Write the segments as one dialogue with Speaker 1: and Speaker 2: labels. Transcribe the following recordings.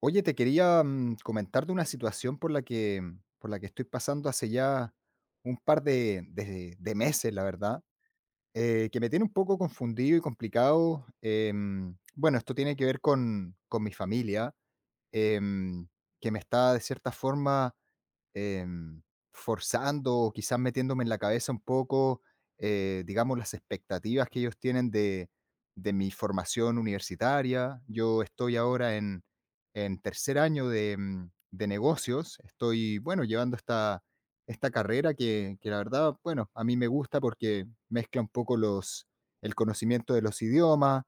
Speaker 1: Oye, te quería comentar de una situación por la que estoy pasando hace ya un par de meses, la verdad, que me tiene un poco confundido y complicado. Bueno, esto tiene que ver con mi familia, em, que me está de cierta forma em, forzando o quizás metiéndome en la cabeza un poco, digamos, las expectativas que ellos tienen de mi formación universitaria. Yo estoy ahora en tercer año de negocios. Estoy, bueno, llevando esta carrera que la verdad, bueno, a mí me gusta porque mezcla un poco el conocimiento de los idiomas.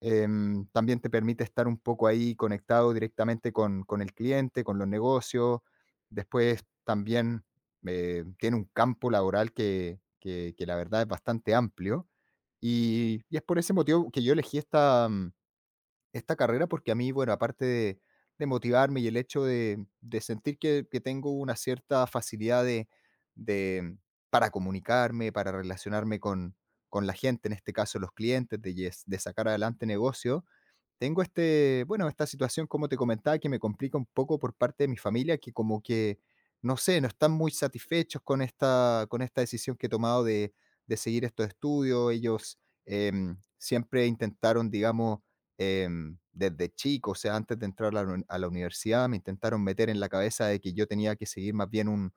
Speaker 1: También te permite estar un poco ahí conectado directamente con el cliente, con los negocios. Después también tiene un campo laboral que la verdad es bastante amplio. Y es por ese motivo que yo elegí esta carrera, porque a mí, bueno, aparte de motivarme y el hecho de sentir que tengo una cierta facilidad de, para comunicarme, para relacionarme con la gente, en este caso los clientes, de sacar adelante negocio, tengo este, bueno, esta situación, como te comentaba, que me complica un poco por parte de mi familia, que como que, no sé, no están muy satisfechos con con esta decisión que he tomado de seguir estos estudios. Ellos siempre intentaron, digamos, desde chico, o sea, antes de entrar a a la universidad, me intentaron meter en la cabeza de que yo tenía que seguir más bien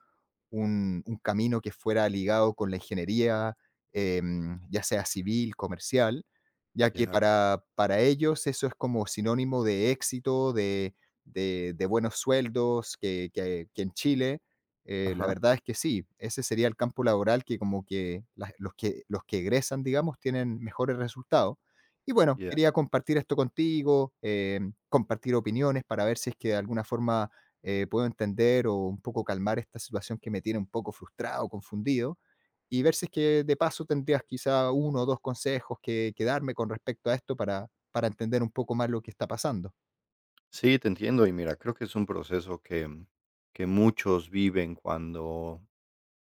Speaker 1: un camino que fuera ligado con la ingeniería, eh, ya sea civil, comercial, ya que
Speaker 2: Ya,
Speaker 1: para ellos eso es como sinónimo de éxito, de buenos sueldos, que en Chile, la
Speaker 2: ajá,
Speaker 1: verdad es que sí, ese sería el campo laboral que como que los que los que egresan, digamos, tienen mejores resultados. Y bueno,
Speaker 2: ya.
Speaker 1: quería compartir esto contigo, compartir opiniones para ver si es que de alguna forma puedo entender o un poco calmar esta situación que me tiene un poco frustrado, confundido, y ver si es que de paso tendrías quizá uno o dos consejos que darme con respecto a esto para entender un poco más lo que está pasando.
Speaker 2: Sí, te entiendo. Y mira, creo que es un proceso que, que muchos viven cuando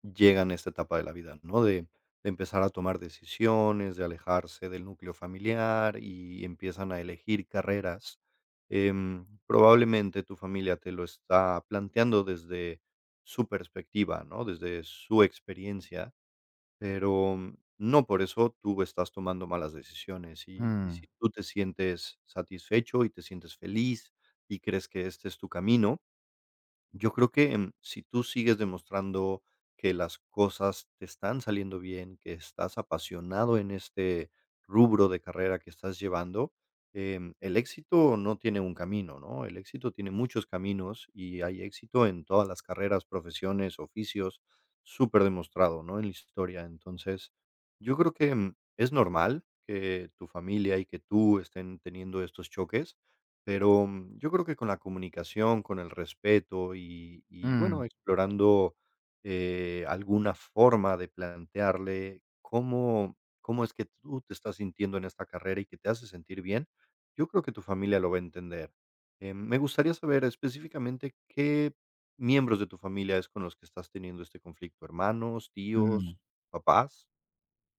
Speaker 2: llegan a esta etapa de la vida, ¿no? De empezar a tomar decisiones, de alejarse del núcleo familiar y empiezan a elegir carreras. Probablemente tu familia te lo está planteando desde su perspectiva, ¿no? Desde su experiencia. Pero no por eso tú estás tomando malas decisiones. Y
Speaker 1: Mm,
Speaker 2: si tú te sientes satisfecho y te sientes feliz y crees que este es tu camino, yo creo que, si tú sigues demostrando que las cosas te están saliendo bien, que estás apasionado en este rubro de carrera que estás llevando, el éxito no tiene un camino, ¿no? El éxito tiene muchos caminos y hay éxito en todas las carreras, profesiones, oficios, súper demostrado, ¿no? En la historia. Entonces, yo creo que, es normal que tu familia y que tú estén teniendo estos choques. Pero, yo creo que con la comunicación, con el respeto y
Speaker 1: mm,
Speaker 2: bueno, explorando, alguna forma de plantearle cómo es que tú te estás sintiendo en esta carrera y que te hace sentir bien, yo creo que tu familia lo va a entender. Me gustaría saber específicamente qué miembros de tu familia es con los que estás teniendo este conflicto, ¿hermanos,
Speaker 1: mm.
Speaker 2: tíos, papás?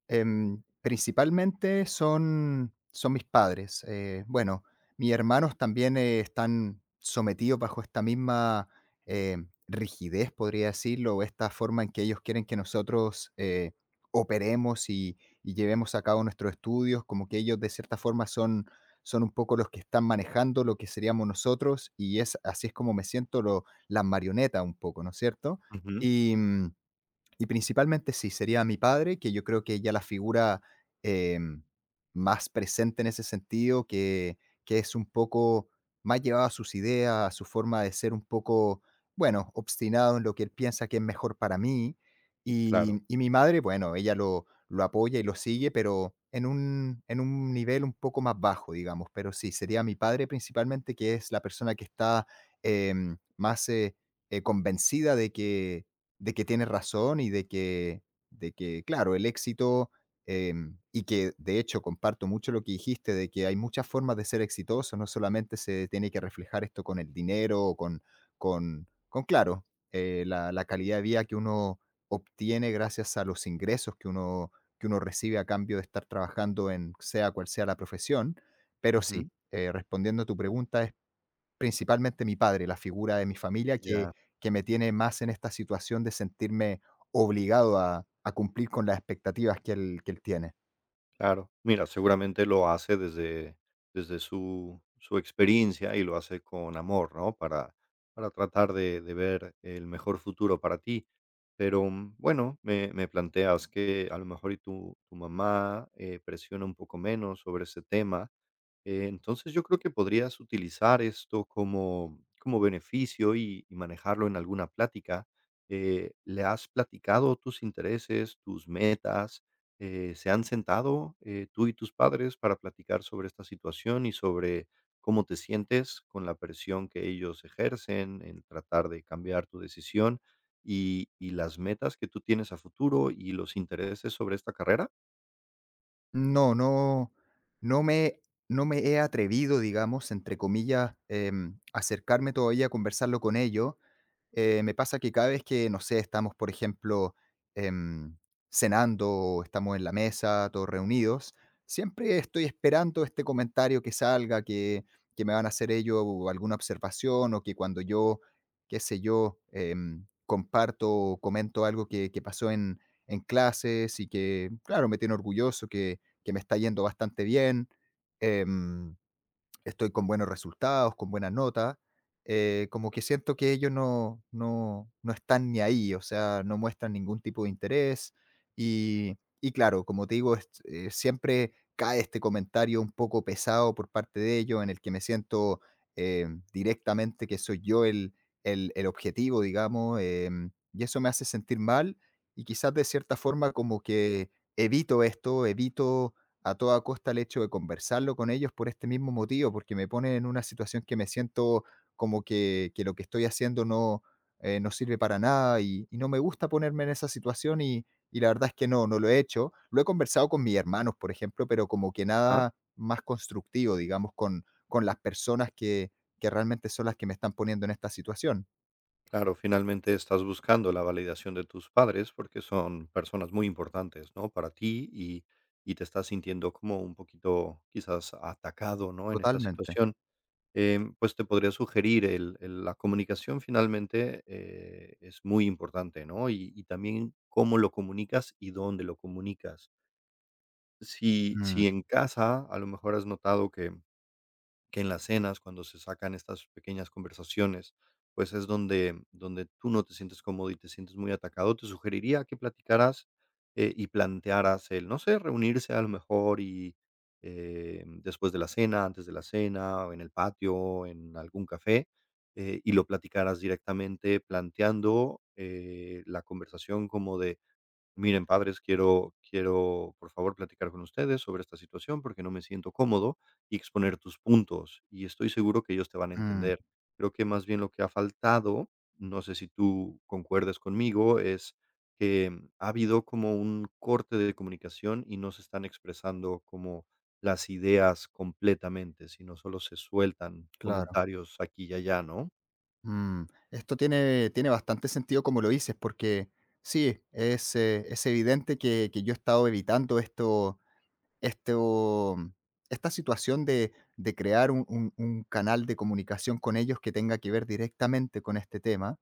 Speaker 1: Principalmente son mis padres. Bueno, mis hermanos también están sometidos bajo esta misma eh, rigidez, podría decirlo, o esta forma en que ellos quieren que nosotros operemos y llevemos a cabo nuestros estudios, como que ellos de cierta forma son un poco los que están manejando lo que seríamos nosotros y es así es como me siento lo, la marioneta un poco, ¿no es cierto?
Speaker 2: Ujú,
Speaker 1: Y, y principalmente sí, sería mi padre, que yo creo que ya la figura eh, más presente en ese sentido, que es un poco más llevado a sus ideas, a su forma de ser un poco, bueno, obstinado en lo que él piensa que es mejor para mí.
Speaker 2: claro.
Speaker 1: Y mi madre, bueno, ella lo apoya y lo sigue, pero en un nivel un poco más bajo, digamos. Pero sí, sería mi padre principalmente, que es la persona que está em, más convencida de que tienes razón y de que claro, el éxito, y que de hecho comparto mucho lo que dijiste, de que hay muchas formas de ser exitoso, no solamente se tiene que reflejar esto con el dinero o con claro, la calidad de vida que uno obtiene gracias a los ingresos que que uno recibe a cambio de estar trabajando en sea cual sea la profesión, pero
Speaker 2: Ujú,
Speaker 1: sí, respondiendo a tu pregunta, es principalmente mi padre, la figura de mi familia
Speaker 2: ya.
Speaker 1: que me tiene más en esta situación de sentirme obligado a cumplir con las expectativas que él tiene.
Speaker 2: Claro, mira, seguramente lo hace desde, desde su, su experiencia y lo hace con amor, ¿no? Para tratar de ver el mejor futuro para ti. Pero bueno, me planteas que a lo mejor y tu mamá presiona un poco menos sobre ese tema entonces yo creo que podrías utilizar esto como, como beneficio y manejarlo en alguna plática. ¿Le has platicado tus intereses, tus metas? ¿Se han sentado tú y tus padres para platicar sobre esta situación y sobre cómo te sientes con la presión que ellos ejercen en tratar de cambiar tu decisión y las metas que tú tienes a futuro y los intereses sobre esta carrera?
Speaker 1: No, no, no me no me he atrevido, digamos, entre comillas, acercarme todavía a conversarlo con ellos. Me pasa que cada vez que, no sé, estamos, por ejemplo, em, cenando o estamos en la mesa, todos reunidos, siempre estoy esperando este comentario que salga, que me van a hacer ellos o alguna observación o que cuando yo, qué sé yo, comparto o comento algo que pasó en clases y que, claro, me tiene orgulloso, que me está yendo bastante bien. em, Estoy con buenos resultados, con buenas notas, como que siento que ellos no están ni ahí, o sea, no muestran ningún tipo de interés. Y claro, como te digo, siempre cae este comentario un poco pesado por parte de ellos en el que me siento eh, directamente que soy yo el objetivo, digamos, y eso me hace sentir mal y quizás de cierta forma como que evito esto, evito a toda costa el hecho de conversarlo con ellos por este mismo motivo, porque me pone en una situación que me siento como que lo que estoy haciendo no sirve para nada y, y no me gusta ponerme en esa situación y la verdad es que no, no lo he hecho. Lo he conversado con mis hermanos, por ejemplo, pero como que nada más constructivo, digamos, con las personas que realmente son las que me están poniendo en esta situación.
Speaker 2: Claro, finalmente estás buscando la validación de tus padres porque son personas muy importantes, ¿no? Para ti y te estás sintiendo como un poquito quizás atacado, ¿no? En esta
Speaker 1: Totalmente.
Speaker 2: situación. Pues te podría sugerir, el, la comunicación finalmente es muy importante, ¿no? Y también cómo lo comunicas y dónde lo comunicas. Si,
Speaker 1: Mm,
Speaker 2: si en casa a lo mejor has notado que en las cenas, cuando se sacan estas pequeñas conversaciones, pues es donde, donde tú no te sientes cómodo y te sientes muy atacado, te sugeriría que platicaras y plantearas el, no sé, reunirse a lo mejor y después de la cena, antes de la cena, o en el patio, en algún café, y lo platicaras directamente planteando la conversación como de, miren, padres, quiero, por favor, platicar con ustedes sobre esta situación porque no me siento cómodo y exponer tus puntos, y estoy seguro que ellos te van a
Speaker 1: mm,
Speaker 2: entender. Creo que más bien lo que ha faltado, no sé si tú concuerdes conmigo, es que ha habido como un corte de comunicación y no se están expresando como las ideas completamente, sino solo se sueltan
Speaker 1: claro.
Speaker 2: comentarios aquí y allá, ¿no?
Speaker 1: Mm, Esto tiene, tiene bastante sentido como lo dices, porque sí, es evidente que yo he estado evitando esto, esto, esta situación de crear un, un canal de comunicación con ellos que tenga que ver directamente con este tema.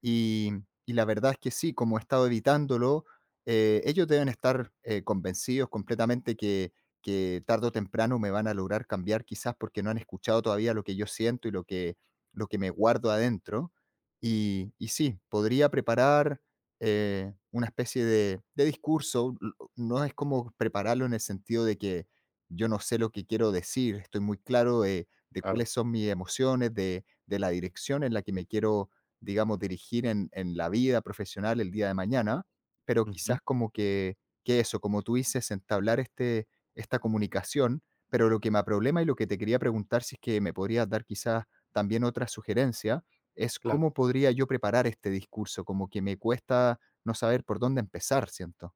Speaker 1: Y, y la verdad es que sí, como he estado evitándolo, ellos deben estar convencidos completamente que tarde o temprano me van a lograr cambiar, quizás porque no han escuchado todavía lo que yo siento y lo que me guardo adentro. Y sí, podría preparar una especie de discurso. No es como prepararlo en el sentido de que yo no sé lo que quiero decir, estoy muy claro de
Speaker 2: Claro.
Speaker 1: cuáles son mis emociones, de la dirección en la que me quiero digamos, dirigir en la vida profesional el día de mañana, pero
Speaker 2: Ujú.
Speaker 1: quizás como que eso, como tú dices, entablar esta comunicación, pero lo que me problema y lo que te quería preguntar, si es que me podrías dar quizás también otra sugerencia, es
Speaker 2: Claro.
Speaker 1: cómo podría yo preparar este discurso, como que me cuesta no saber por dónde empezar, siento.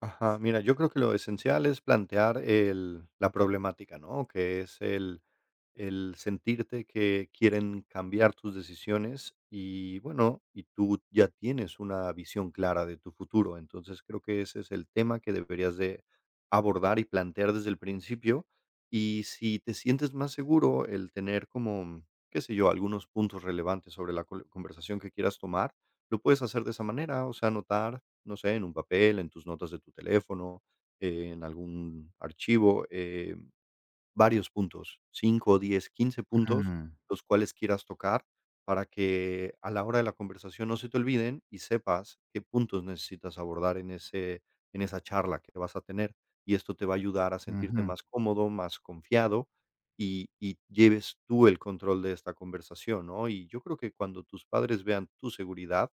Speaker 2: Ajá, mira, yo creo que lo esencial es plantear el la problemática, ¿no? Que es el sentirte que quieren cambiar tus decisiones y, bueno, y tú ya tienes una visión clara de tu futuro. Entonces, creo que ese es el tema que deberías de abordar y plantear desde el principio. Y si te sientes más seguro, el tener como, qué sé yo, algunos puntos relevantes sobre la col conversación que quieras tomar, lo puedes hacer de esa manera, o sea, anotar, no sé, en un papel, en tus notas de tu teléfono, en algún archivo, varios puntos, 5, 10, 15 puntos,
Speaker 1: Mm,
Speaker 2: los cuales quieras tocar para que a la hora de la conversación no se te olviden y sepas qué puntos necesitas abordar en ese en esa charla que vas a tener. Y esto te va a ayudar a sentirte
Speaker 1: ujú.
Speaker 2: más cómodo, más confiado y lleves tú el control de esta conversación, ¿no? Y yo creo que cuando tus padres vean tu seguridad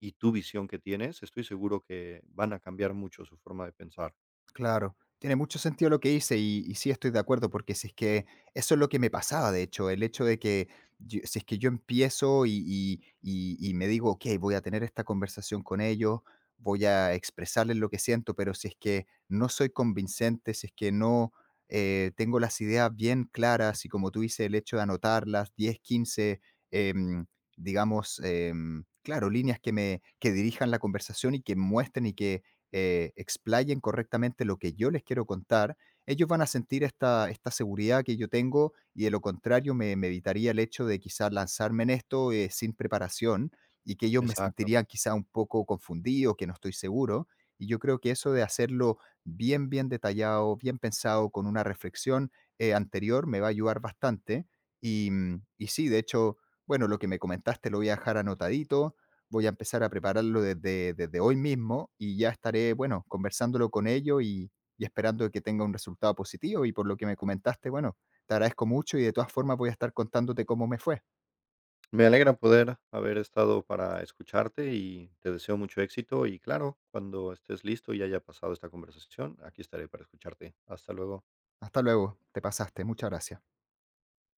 Speaker 2: y tu visión que tienes, estoy seguro que van a cambiar mucho su forma de pensar.
Speaker 1: Claro, tiene mucho sentido lo que hice y sí estoy de acuerdo porque si es que eso es lo que me pasaba, de hecho, el hecho de que si es que yo empiezo y, y me digo, ok, voy a tener esta conversación con ellos, voy a expresarles lo que siento, pero si es que no soy convincente, si es que no tengo las ideas bien claras y como tú dices, el hecho de anotarlas, 10, 15, em, digamos, claro, líneas que dirijan la conversación y que muestren y que explayen correctamente lo que yo les quiero contar, ellos van a sentir esta, esta seguridad que yo tengo y de lo contrario me, me evitaría el hecho de quizás lanzarme en esto sin preparación y que ellos me
Speaker 2: Exacto.
Speaker 1: sentirían quizá un poco confundido, que no estoy seguro. Y yo creo que eso de hacerlo bien, bien detallado, bien pensado, con una reflexión anterior, me va a ayudar bastante. Y, y sí, de hecho, bueno, lo que me comentaste lo voy a dejar anotadito voy a empezar a prepararlo desde, desde hoy mismo y ya estaré, bueno, conversándolo con ellos y esperando que tenga un resultado positivo. Y por lo que me comentaste, bueno, te agradezco mucho y de todas formas voy a estar contándote cómo me fue.
Speaker 2: Me alegra poder haber estado para escucharte y te deseo mucho éxito y claro, cuando estés listo y haya pasado esta conversación, aquí estaré para escucharte. Hasta luego.
Speaker 1: Hasta luego, te pasaste, muchas gracias.